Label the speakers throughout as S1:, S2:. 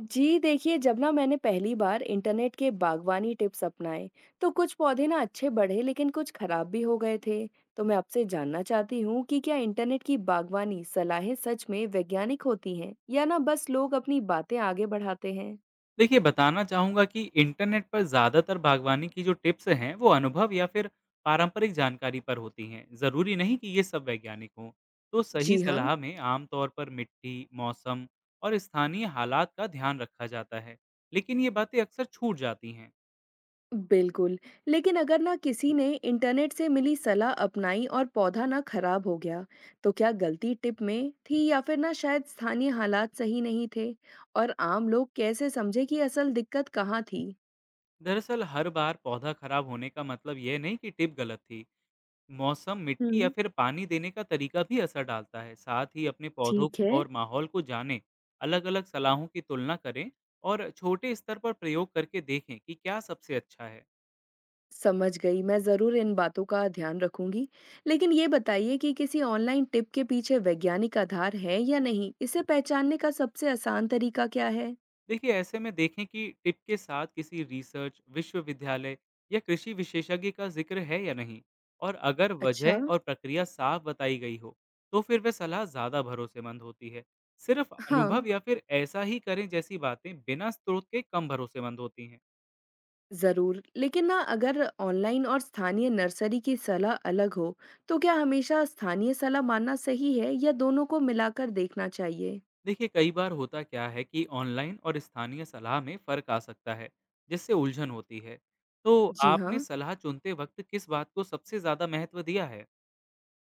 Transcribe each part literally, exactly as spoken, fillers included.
S1: जी देखिए, जब ना मैंने पहली बार इंटरनेट के बागवानी टिप्स अपनाए तो कुछ पौधे ना अच्छे बढ़े लेकिन कुछ खराब भी हो गए थे। तो मैं आपसे जानना चाहती हूँ कि क्या इंटरनेट की बागवानी सलाहें सच में वैज्ञानिक होती हैं या ना बस लोग अपनी बातें आगे बढ़ाते हैं।
S2: देखिए बताना चाहूँगा कि इंटरनेट पर ज़्यादातर बागवानी की जो टिप्स हैं वो अनुभव या फिर पारंपरिक जानकारी पर होती हैं। ज़रूरी नहीं कि ये सब वैज्ञानिक हों। तो सही
S1: जी हाँ,
S2: सलाह में आमतौर पर मिट्टी, मौसम और स्थानीय हालात का ध्यान रखा जाता है, लेकिन ये बातें अक्सर छूट जाती हैं।
S1: बिल्कुल, लेकिन अगर ना किसी ने इंटरनेट से मिली सलाह अपनाई और पौधा ना खराब हो गया, तो क्या गलती टिप में थी या फिर ना शायद स्थानीय हालात सही नहीं थे? और आम लोग कैसे समझे कि असल दिक्कत कहाँ थी?
S2: दरअसल हर बार पौधा खराब होने का मतलब यह नहीं कि टिप गलत थी। मौसम, मिट्टी या
S1: हम्म।
S2: फिर पानी देने का तरीका भी असर डालता है। साथ ही अपने पौधों
S1: ठीक है।
S2: और माहौल को जानें, अलग-अलग सलाहों की तुलना करें और छोटे स्तर पर प्रयोग करके देखें कि क्या सबसे अच्छा है।
S1: समझ गई, मैं जरूर इन बातों का ध्यान रखूंगी। लेकिन ये बताइए कि किसी ऑनलाइन टिप के पीछे वैज्ञानिक आधार है या नहीं? इसे पहचानने का सबसे आसान तरीका क्या है?
S2: देखिए, ऐसे में देखें कि टिप के साथ किसी रिसर्च, विश्वविद्यालय या कृषि विशेषज्ञ का जिक्र है या नहीं, और अगर
S1: अच्छा।
S2: वजह और प्रक्रिया साफ बताई गई हो, तो फिर वह सलाह ज़्यादा भरोसेमंद होती है। सिर्फ
S1: हाँ,
S2: अनुभव या फिर ऐसा ही करें जैसी बातें बिना स्रोत के कम भरोसेमंद होती हैं।
S1: ज़रूर, लेकिन ना अगर ऑनलाइन और स्थानीय नर्सरी की सलाह अलग हो, तो क्या हमेशा स्थानीय सलाह मानना सही है या दोनों को मिलाकर देखना चाहिए?
S2: देखिए, कई बार होता क्या है कि ऑनलाइन और स्थानीय सलाह में फ़र्क आ सकता है, जिससे उलझन होती है। तो
S1: जी
S2: आपने
S1: हाँ,
S2: सलाह चुनते वक्त किस बात को सबसे ज़्यादा महत्व दिया है?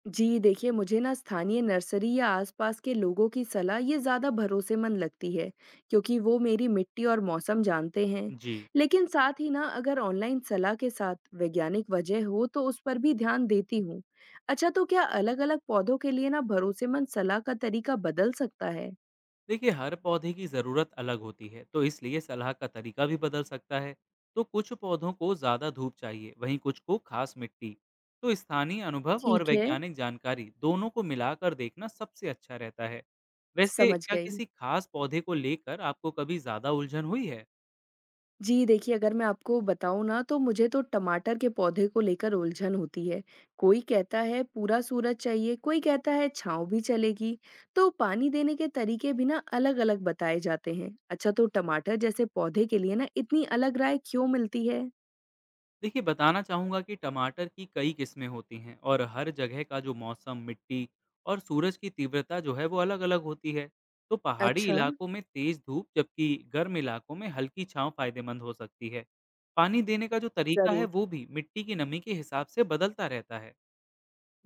S1: जी देखिए, मुझे ना स्थानीय नर्सरी या आसपास के लोगों की सलाह ये ज़्यादा भरोसेमंद लगती है, क्योंकि वो मेरी मिट्टी और मौसम जानते हैं।
S2: जी,
S1: लेकिन साथ ही ना अगर ऑनलाइन सलाह के साथ वैज्ञानिक वजह हो, तो उस पर भी ध्यान देती हूँ। अच्छा, तो क्या अलग-अलग पौधों के लिए ना भरोसेमंद सलाह का तरीका बदल सकता है?
S2: देखिए, हर पौधे की ज़रूरत अलग होती है, तो इसलिए सलाह का तरीका भी बदल सकता है। तो कुछ पौधों को ज़्यादा धूप चाहिए, वहीं कुछ को खास मिट्टी। तो स्थानीय अनुभव और
S1: ठीक है,
S2: वैज्ञानिक जानकारी दोनों को मिलाकर देखना सबसे अच्छा रहता है। वैसे
S1: समझ
S2: क्या
S1: गई।
S2: किसी खास पौधे को लेकर आपको कभी ज़्यादा उलझन हुई है?
S1: जी देखिए, अगर मैं आपको बताऊँ ना तो मुझे तो टमाटर के पौधे को लेकर उलझन होती है। कोई कहता है पूरा सूरज चाहिए, कोई कहता है छाँव भी चलेगी। तो पानी देने के तरीके भी ना अलग-अलग बताए जाते हैं। अच्छा, तो टमाटर जैसे पौधे के लिए ना इतनी अलग राय क्यों मिलती है?
S2: देखिए, बताना चाहूँगा कि टमाटर की कई किस्में होती हैं, और हर जगह का जो मौसम, मिट्टी और सूरज की तीव्रता जो है, वो अलग-अलग होती है। तो पहाड़ी
S1: अच्छा,
S2: इलाकों में तेज़ धूप, जबकि गर्म इलाकों में हल्की छाँव फ़ायदेमंद हो सकती है। पानी देने का जो तरीका है,
S1: ज़रूर।
S2: वो भी मिट्टी की नमी के हिसाब से बदलता रहता है।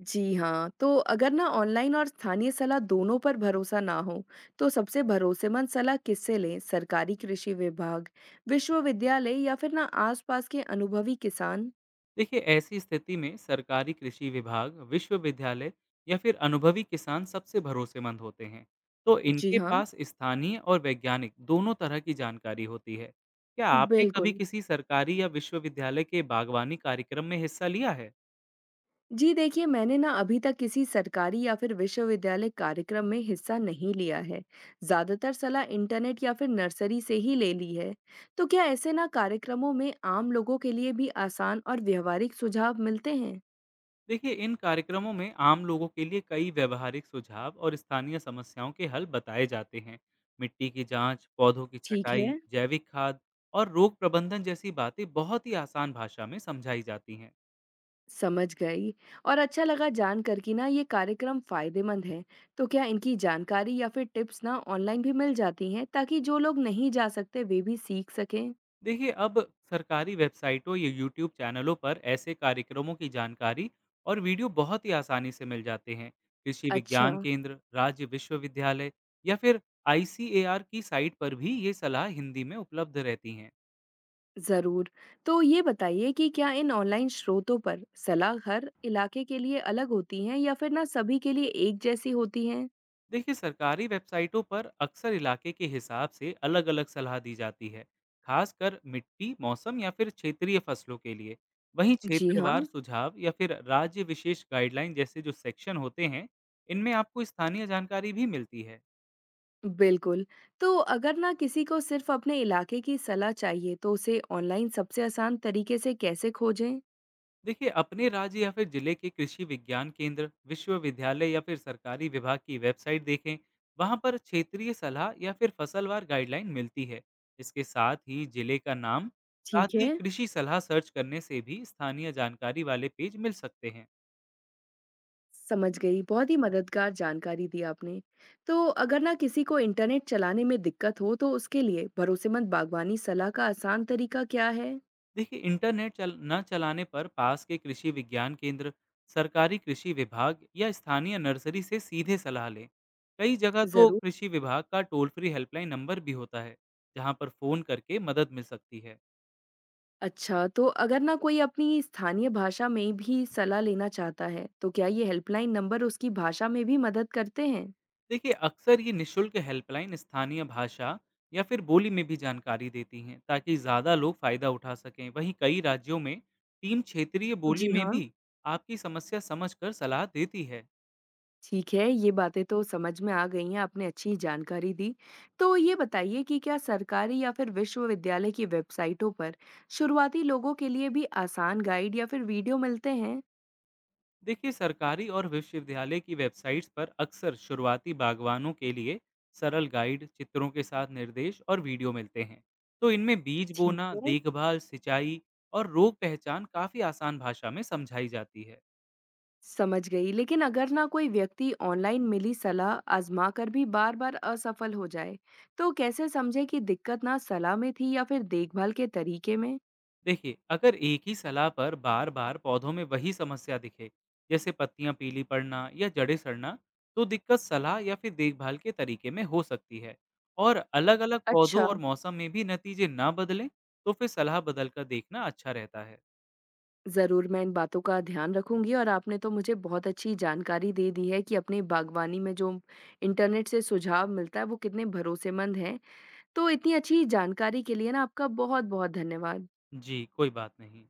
S1: जी हाँ, तो अगर ना ऑनलाइन और स्थानीय सलाह दोनों पर भरोसा ना हो, तो सबसे भरोसेमंद सलाह किससे लें? सरकारी कृषि विभाग, विश्वविद्यालय या फिर ना आसपास के अनुभवी किसान?
S2: देखिए, ऐसी स्थिति में सरकारी कृषि विभाग, विश्वविद्यालय या फिर अनुभवी किसान सबसे भरोसेमंद होते हैं। तो
S1: जी
S2: इनके
S1: हाँ,
S2: पास स्थानीय और वैज्ञानिक दोनों तरह की जानकारी होती है। क्या आपने कभी
S1: बिल्कुल।
S2: किसी सरकारी या विश्वविद्यालय के बागवानी कार्यक्रम में हिस्सा लिया है?
S1: जी देखिए, मैंने ना अभी तक किसी सरकारी या फिर विश्वविद्यालय कार्यक्रम में हिस्सा नहीं लिया है। ज्यादातर सलाह इंटरनेट या फिर नर्सरी से ही ले ली है। तो क्या ऐसे ना कार्यक्रमों में आम लोगों के लिए भी आसान और व्यवहारिक सुझाव मिलते हैं?
S2: देखिए, इन कार्यक्रमों में आम लोगों के लिए कई व्यवहारिक सुझाव और स्थानीय समस्याओं के हल बताए जाते हैं। मिट्टी की जांच, पौधों की
S1: ठीक है।
S2: छटाई, जैविक खाद और रोग प्रबंधन जैसी बातें बहुत ही आसान भाषा में समझाई जाती हैं।
S1: समझ गई, और अच्छा लगा जानकर कि ना ये कार्यक्रम फायदेमंद है। तो क्या इनकी जानकारी या फिर टिप्स ना ऑनलाइन भी मिल जाती हैं ताकि जो लोग नहीं जा सकते वे भी सीख सकें?
S2: देखिए, अब सरकारी वेबसाइटों या यूट्यूब चैनलों पर ऐसे कार्यक्रमों की जानकारी और वीडियो बहुत ही आसानी से मिल जाते हैं। कृषि
S1: अच्छा।
S2: विज्ञान केंद्र, राज्य विश्वविद्यालय या फिर आई सी ए आर की साइट पर भी ये सलाह हिंदी में उपलब्ध रहती हैं।
S1: जरूर, तो ये बताइए कि क्या इन ऑनलाइन स्रोतों पर सलाह हर इलाके के लिए अलग होती हैं या फिर ना सभी के लिए एक जैसी होती हैं?
S2: देखिए, सरकारी वेबसाइटों पर अक्सर इलाके के हिसाब से अलग अलग सलाह दी जाती है, खासकर मिट्टी, मौसम या फिर क्षेत्रीय फसलों के लिए। वहीं
S1: जी
S2: क्षेत्रवार
S1: हाँ,
S2: सुझाव या फिर राज्य विशेष गाइडलाइन जैसे जो सेक्शन होते हैं, इनमें आपको स्थानीय जानकारी भी मिलती है।
S1: बिल्कुल, तो अगर ना किसी को सिर्फ अपने इलाके की सलाह चाहिए तो उसे ऑनलाइन सबसे आसान तरीके से कैसे खोजें?
S2: देखिए, अपने राज्य या फिर जिले के कृषि विज्ञान केंद्र, विश्वविद्यालय या फिर सरकारी विभाग की वेबसाइट देखें। वहाँ पर क्षेत्रीय सलाह या फिर फसलवार गाइडलाइन मिलती है। इसके साथ ही जिले का नाम साथ
S1: ठीक
S2: ही
S1: है।
S2: कृषि सलाह सर्च करने से भी स्थानीय जानकारी वाले पेज मिल सकते हैं।
S1: समझ गई, बहुत ही मददगार जानकारी दी आपने। तो अगर ना किसी को इंटरनेट चलाने में दिक्कत हो तो उसके लिए भरोसेमंद बागवानी सलाह का आसान तरीका क्या है?
S2: देखिए, इंटरनेट चल न चलाने पर पास के कृषि विज्ञान केंद्र, सरकारी कृषि विभाग या स्थानीय नर्सरी से सीधे सलाह लें। कई जगह तो
S1: ज़रूर।
S2: कृषि विभाग का टोल फ्री हेल्पलाइन नंबर भी होता है, जहां पर फोन करके मदद मिल सकती है।
S1: अच्छा, तो अगर ना कोई अपनी स्थानीय भाषा में भी सलाह लेना चाहता है, तो क्या ये हेल्पलाइन नंबर उसकी भाषा में भी मदद करते हैं?
S2: देखिए, अक्सर ये निशुल्क हेल्पलाइन स्थानीय भाषा या फिर बोली में भी जानकारी देती हैं, ताकि ज़्यादा लोग फ़ायदा उठा सकें। वहीं कई राज्यों में टीम क्षेत्रीय बोली
S1: जी
S2: में
S1: हाँ।
S2: भी आपकी समस्या समझकर सलाह देती है।
S1: ठीक है, ये बातें तो समझ में आ गई हैं, आपने अच्छी जानकारी दी। तो ये बताइए कि क्या सरकारी या फिर विश्वविद्यालय की वेबसाइटों पर शुरुआती लोगों के लिए भी आसान गाइड या फिर वीडियो मिलते हैं?
S2: देखिए, सरकारी और विश्वविद्यालय की वेबसाइट्स पर अक्सर शुरुआती बागवानों के लिए सरल गाइड, चित्रों के साथ निर्देश और वीडियो मिलते हैं। तो इनमें बीज
S1: ठीक
S2: बोना,
S1: है।
S2: देखभाल, सिंचाई और रोग पहचान काफ़ी आसान भाषा में समझाई जाती है।
S1: समझ गई, लेकिन अगर ना कोई व्यक्ति ऑनलाइन मिली सलाह आजमा कर भी बार-बार असफल हो जाए, तो कैसे समझे कि दिक्कत ना सलाह में थी या फिर देखभाल के तरीके में?
S2: देखिए, अगर एक ही सलाह पर बार बार पौधों में वही समस्या दिखे, जैसे पत्तियां पीली पड़ना या जड़ें सड़ना, तो दिक्कत सलाह या फिर देखभाल के तरीके में हो सकती है। और अलग अलग पौधों
S1: अच्छा।
S2: और मौसम में भी नतीजे ना बदलें, तो फिर सलाह बदल कर देखना अच्छा रहता है।
S1: ज़रूर, मैं इन बातों का ध्यान रखूँगी और आपने तो मुझे बहुत अच्छी जानकारी दे दी है कि अपनी बागवानी में जो इंटरनेट से सुझाव मिलता है, वो कितने भरोसेमंद हैं। तो इतनी अच्छी जानकारी के लिए ना आपका बहुत-बहुत धन्यवाद।
S2: जी, कोई बात नहीं।